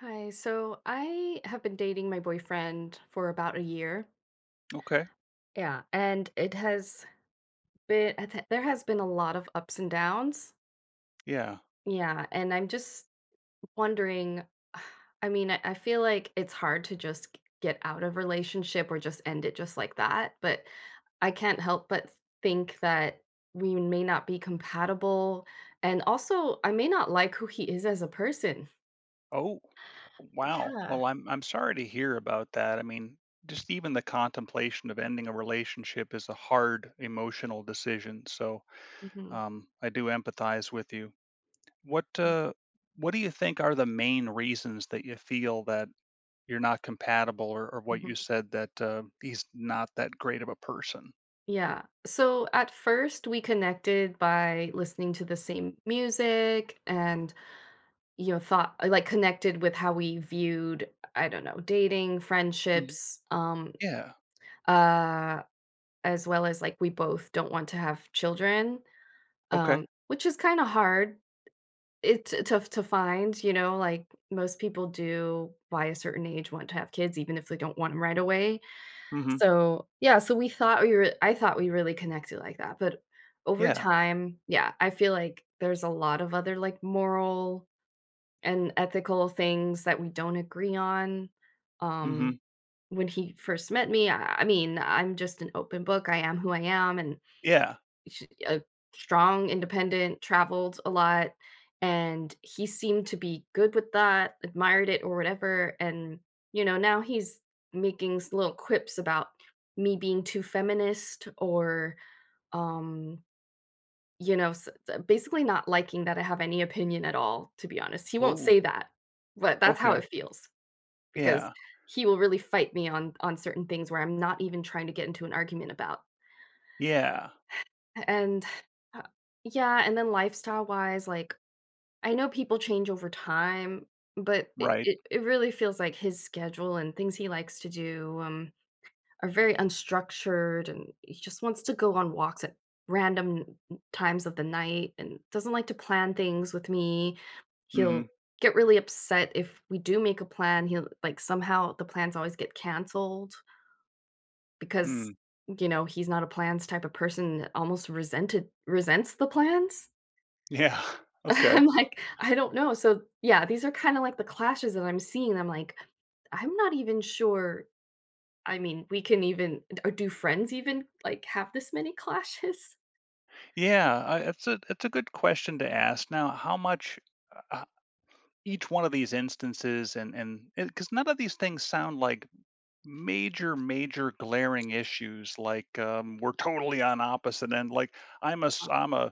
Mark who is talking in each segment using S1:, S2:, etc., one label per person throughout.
S1: Hi, so I have been dating my boyfriend for about a year.
S2: Okay.
S1: Yeah, and it has been, there has been a lot of ups and downs.
S2: Yeah.
S1: Yeah, and I'm just wondering, I mean, I feel like it's hard to just get out of relationship or just end it just like that, but I can't help but think that we may not be compatible. And also, I may not like who he is as a person.
S2: Oh, wow.
S1: Yeah.
S2: Well, I'm sorry to hear about that. I mean, just even the contemplation of ending a relationship is a hard emotional decision. So,
S1: Hmm.
S2: I do empathize with you. What uh, what do you think are the main reasons that you feel that you're not compatible, or what you said that he's not that great of a person?
S1: Yeah. So at first we connected by listening to the same music and you know thought like connected with how we viewed I don't know, dating,
S2: Mhm.
S1: friendships,
S2: Yeah.
S1: uh as well as like we both don't want to have children,
S2: Okay.
S1: which is kind of hard it to find, you know, like most people do by a certain age want to have kids even if they don't want them right away.
S2: Mm-hmm.
S1: So, yeah, so we thought we were I thought we really connected like that, but over
S2: Yeah.
S1: time, yeah, I feel like there's a lot of other, like, moral and ethical things that we don't agree on.
S2: Mm-hmm.
S1: Um, when he first met me, I mean, I'm just an open book, I am who I am, and
S2: Yeah.
S1: sh strong, independent, traveled a lot, and he seemed to be good with that, admired it or whatever, and, you know, now he's making s little quips about me being too feminist or, um, you know, s basically not liking that I have any opinion at all, to be honest. He won't
S2: Oh.
S1: say that, but that's how
S2: Okay.
S1: it feels because
S2: Yeah.
S1: he will really fight me on certain things where I'm not even trying to get into an argument about.
S2: Yeah.
S1: And, uh, yeah, and then lifestyle-wise, like, I know people change over time, but it
S2: Right.
S1: it it really feels like his schedule and things he likes to do, are very unstructured, and he just wants to go on walks at random times of the night and doesn't like to plan things with me.
S2: Mm-hmm.
S1: He'll get really upset if we do make a plan, he'll like, somehow the plans always get canceled because,
S2: Mm,
S1: you know, he's not a plans type of person that almost resented resents the plans.
S2: yeah. Okay.
S1: I'm like, I don't know. So yeah, these are kind of like the clashes that I'm seeing. I'm like, I'm not even sure. I mean, we can even or do friends even like have this many clashes?
S2: Yeah, I it's a good question to ask. Now, how much uh, each one of these instances and because none of these things sound like major, major glaring issues like we're totally on opposite end. Like
S1: Uh,
S2: I'm a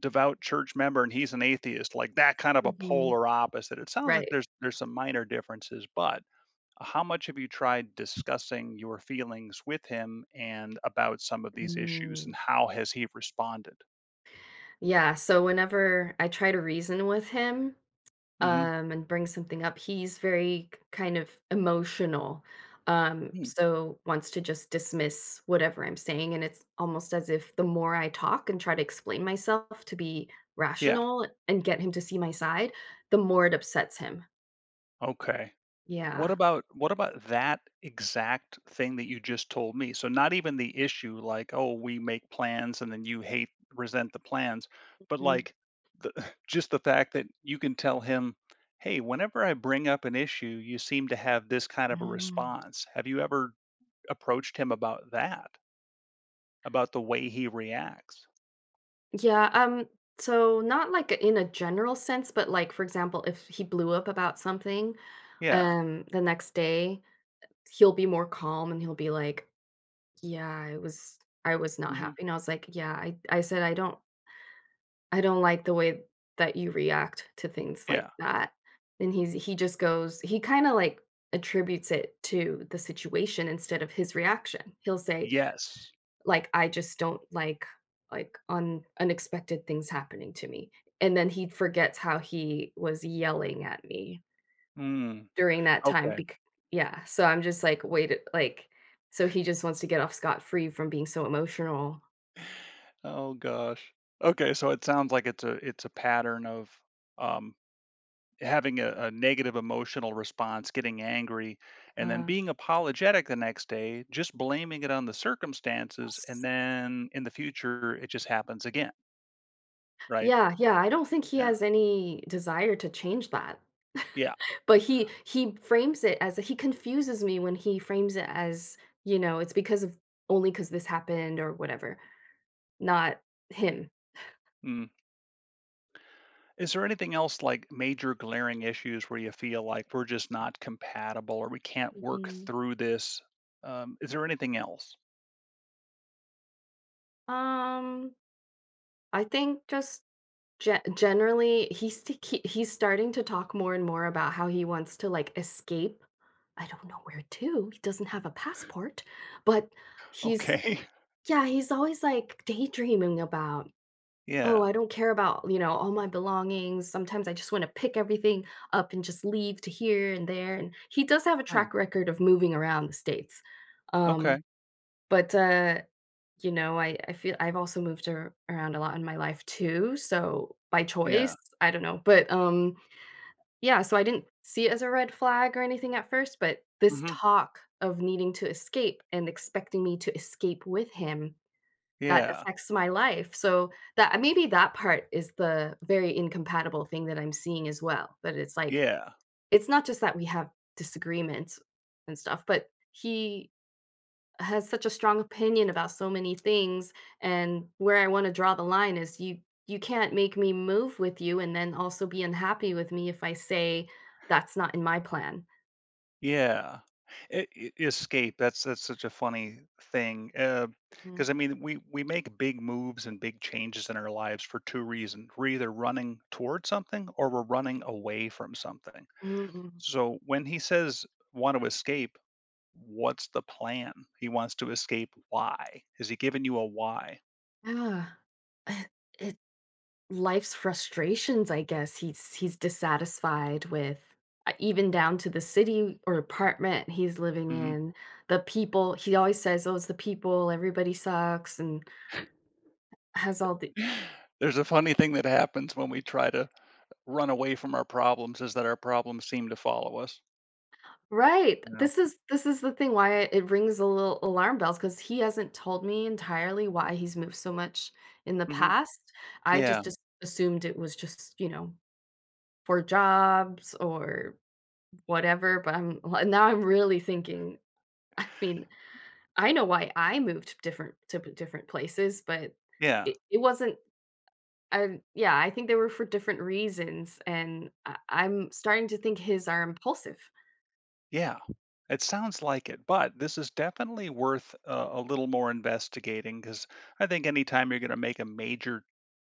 S2: devout church member and he's an atheist. Like that kind of a
S1: mhm.
S2: polar opposite. It sounds like
S1: Right.
S2: there's some minor differences, but how much have you tried discussing your feelings with him and about some of these issues, and
S1: Mm.
S2: how has he responded?
S1: Yeah. So whenever I try to reason with him,
S2: Mhm.
S1: and brings something up, he's very kind of emotional.
S2: Hmm.
S1: So wants to just dismiss whatever I'm saying. And it's almost as if the more I talk and try to explain myself to be
S2: Yeah.
S1: rational and get him to see my side, the more it upsets him.
S2: Okay. What
S1: Yeah.
S2: about what about that exact thing that you just told me? So not even the issue like, "Oh, we make plans and then you hate resent the plans," but
S1: Mm.
S2: like the just the fact that you can tell him, "Hey, whenever I bring up an issue, you seem to have this kind of a
S1: Mm.
S2: response." Have you ever approached him about that? About the way he reacts.
S1: Yeah, so not like in a general sense, but like for example, if he blew up about something,
S2: Yeah.
S1: the next day he'll be more calm and he'll be like, "Yeah, I was not
S2: Mhm.
S1: happy," and I was like, "Yeah," I said, I don't like the way that you react to things like
S2: Yeah.
S1: that," and he's he just goes he kinda, like, attributes it to the situation instead of his reaction. He'll say,
S2: Yes.
S1: like, "I just don't like, un unexpected things happening to me," and then he forgets how he was yelling at me
S2: Mm.
S1: during that time
S2: Okay.
S1: bec yeah, so I'm just like, "Wait," like so he just wants to get off scot-free from being so emotional.
S2: Oh gosh. Okay, so it sounds like it's a pattern of, um, having a negative emotional response, getting angry, and then
S1: Uh,
S2: being apologetic the next day, just blaming it on the circumstances, and
S1: it's
S2: then in the future, it just happens again, right?
S1: yeah, I don't think he
S2: Yeah.
S1: has any desire to change that.
S2: Yeah.
S1: But he frames it as he confuses me when he frames it as, you know, it's because of only because this happened or whatever, not him.
S2: Mm. Is there anything else like major glaring issues where you feel like we're just not compatible or we can't work
S1: Mhm.
S2: through this? Is there anything else?
S1: Um, I think just ge generally he's t he he's starting to talk more and more about how he wants to, like, escape. I don't know where to, he doesn't have a passport, but he's
S2: Okay.
S1: Yeah, he's always, like, daydreaming about, "Oh,
S2: Yeah.
S1: I don't care about, you know, all my belongings. Sometimes I just wanna pick everything up and just leave to here and there," and he does have a
S2: Huh.
S1: track record of moving around the States. Um,
S2: Okay.
S1: but, uh, you know, I feel I've also moved ar around a lot in my life too, so by
S2: Yeah.
S1: choice, I don't know, but, yeah, so I didn't see it as a red flag or anything at first, but this
S2: Hmm.
S1: talk of needing to escape and expecting me to escape with him that
S2: Yeah.
S1: affects my life, so that maybe that part is the very incompatible thing that I'm seeing as well, that it's like
S2: Yeah.
S1: it's not just that we have disagreements and stuff, but he has such a strong opinion about so many things, and where I wanna draw the line is you can't make me move with you and then also be unhappy with me if I say, "That's not in my plan."
S2: Yeah. Escape. That's such a funny thing.
S1: Mhm.
S2: Because I mean, we make big moves and big changes in our lives for two reasons. We're either running toward something or we're running away from something.
S1: Mm.
S2: So when he says want to escape, what's the plan? He wants to escape. Why? Has he given you a why?
S1: Mm. Yeah. It, life's frustrations, I guess. He's dissatisfied with even down to the city or apartment he's living
S2: Mhm.
S1: in, the people. He always says, "Oh, it's the people, everybody sucks," and has all the
S2: There's a funny thing that happens when we try to run away from our problems is that our problems seem to follow us,
S1: right.
S2: you know?
S1: This is the thing why it rings a little alarm bells because he hasn't told me entirely why he's moved so much in the
S2: Mhm.
S1: past. I
S2: Yeah,
S1: just as assumed it was just, you know, for jobs or whatever, but I'm now I'm really thinking, I mean, I know why I moved different to p different places, but
S2: yeah,
S1: it wasn't yeah, I think they were for different reasons, and I'm starting to think his are impulsive.
S2: yeah. It sounds like it, but this is definitely worth a little more investigating because I think anytime you're gonna make a major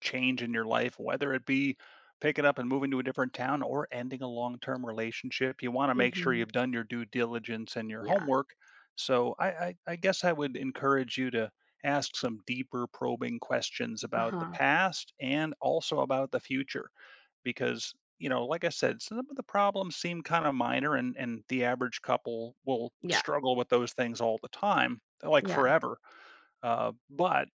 S2: change in your life, whether it be picking up and moving to a different town or ending a long term relationship. You want to make sure
S1: Mhm.
S2: you've done your due diligence and your
S1: Yeah.
S2: homework. So I guess I would encourage you to ask some deeper probing questions about the
S1: Uh-huh.
S2: past and also about the future because you know like I said some of the problems seem kind of minor and the average couple will
S1: Yeah.
S2: struggle with those things all the time like
S1: Yeah.
S2: forever, but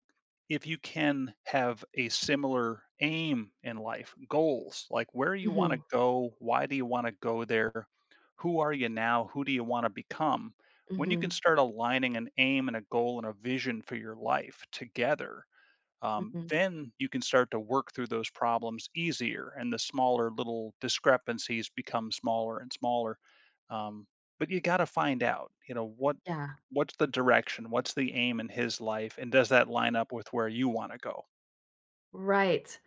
S2: if you can have a similar aim in life, goals, like where you want to
S1: Mhm.
S2: go, why do you want to go there, who are you now, who do you want to become? When you can
S1: Mhm.
S2: start aligning an aim and a goal and a vision for your life together,
S1: Mhm.
S2: then you can start to work through those problems easier and the smaller little discrepancies become smaller and smaller. um, but you got to find out you know what
S1: Yeah.
S2: what's the direction what's the aim in his life and does that line up with where you want to go?
S1: Right.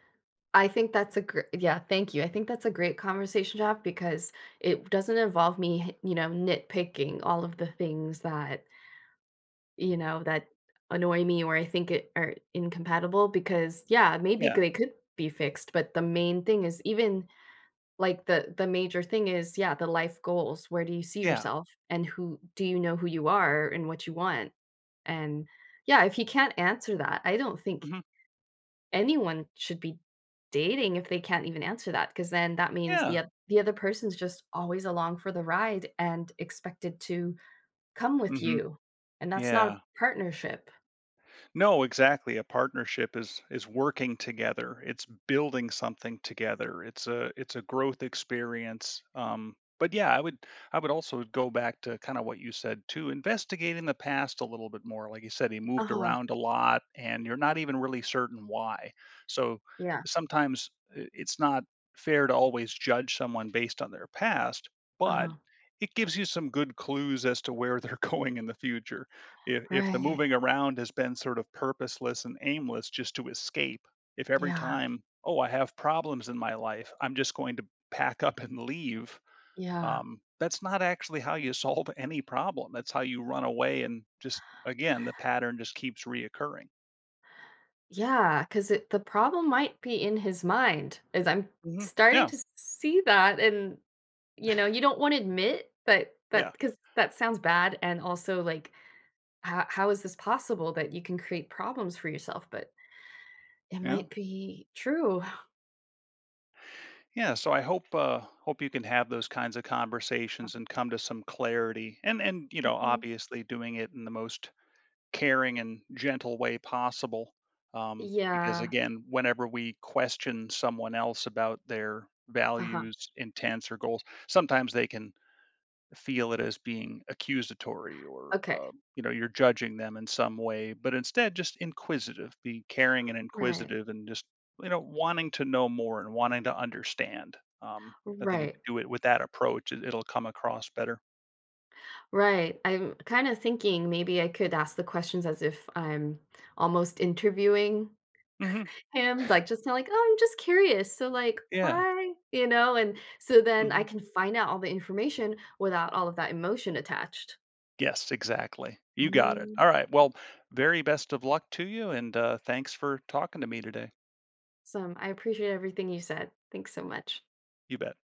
S1: I think that's a great. Yeah, thank you. I think that's a great conversation to have because it doesn't involve me, you know, nitpicking all of the things that you know, that annoy me or I think it are incompatible because, yeah, maybe
S2: Yeah.
S1: they could be fixed, but the main thing is even like the major thing is, yeah, the life goals. Where do you see
S2: Yeah.
S1: yourself and who do you know who you are and what you want? And yeah, if you can't answer that, I don't think
S2: Hmm.
S1: anyone should be dating if they can't even answer that because then that means
S2: Yeah.
S1: the other person's just always along for the ride and expected to come with
S2: Hmm.
S1: you. And that's not a
S2: Yeah.
S1: partnership.
S2: No, exactly. A partnership is working together. It's building something together. It's a growth experience. But yeah, I would also go back to kind of what you said too, investigating the past a little bit more. Like you said, he moved
S1: Uh-huh.
S2: around a lot, and you're not even really certain why. So
S1: Yeah,
S2: sometimes it's not fair to always judge someone based on their past, but
S1: uh-huh,
S2: it gives you some good clues as to where they're going in the future. If the
S1: right,
S2: moving around has been sort of purposeless and aimless just to escape, if every
S1: yeah,
S2: time, "Oh, I have problems in my life, I'm just going to pack up and leave,"
S1: yeah.
S2: that's not actually how you solve any problem. That's how you run away and just again, the pattern just keeps reoccurring.
S1: Yeah. Because the problem might be in his mind, as I'm
S2: Mhm.
S1: starting
S2: Yeah,
S1: to see that and, you know, you don't wanna admit
S2: yeah,
S1: that because that sounds bad and also, like, how is this possible that you can create problems for yourself, but it
S2: yeah.
S1: might be true.
S2: Yeah, so I hope, hope you can have those kinds of conversations and come to some clarity and, you know,
S1: Mhm.
S2: obviously doing it in the most caring and gentle way possible. Because
S1: Yeah,
S2: again, whenever we question someone else about their
S1: uh-huh,
S2: values, intents, or goals, sometimes they can feel it as being accusatory or
S1: okay,
S2: you know you're judging them in some way. But instead, just inquisitive, be caring and
S1: right,
S2: inquisitive, and just you know wanting to know more and wanting to understand. I think if you
S1: right,
S2: do it with that approach, it'll come across better.
S1: right, I'm kinda thinking maybe I could ask the questions as if I'm almost interviewing
S2: Hmm.
S1: him, like, just kinda like, "Oh, I'm just curious, so, like,
S2: Yeah.
S1: why," you know, and so then I can find out all the information without all of that emotion attached.
S2: Yes, exactly. You got it.
S1: Mm.
S2: All right. Well, very best of luck to you, and thanks for talking to me today.
S1: Awesome, I appreciate everything you said. Thanks so much.
S2: You bet.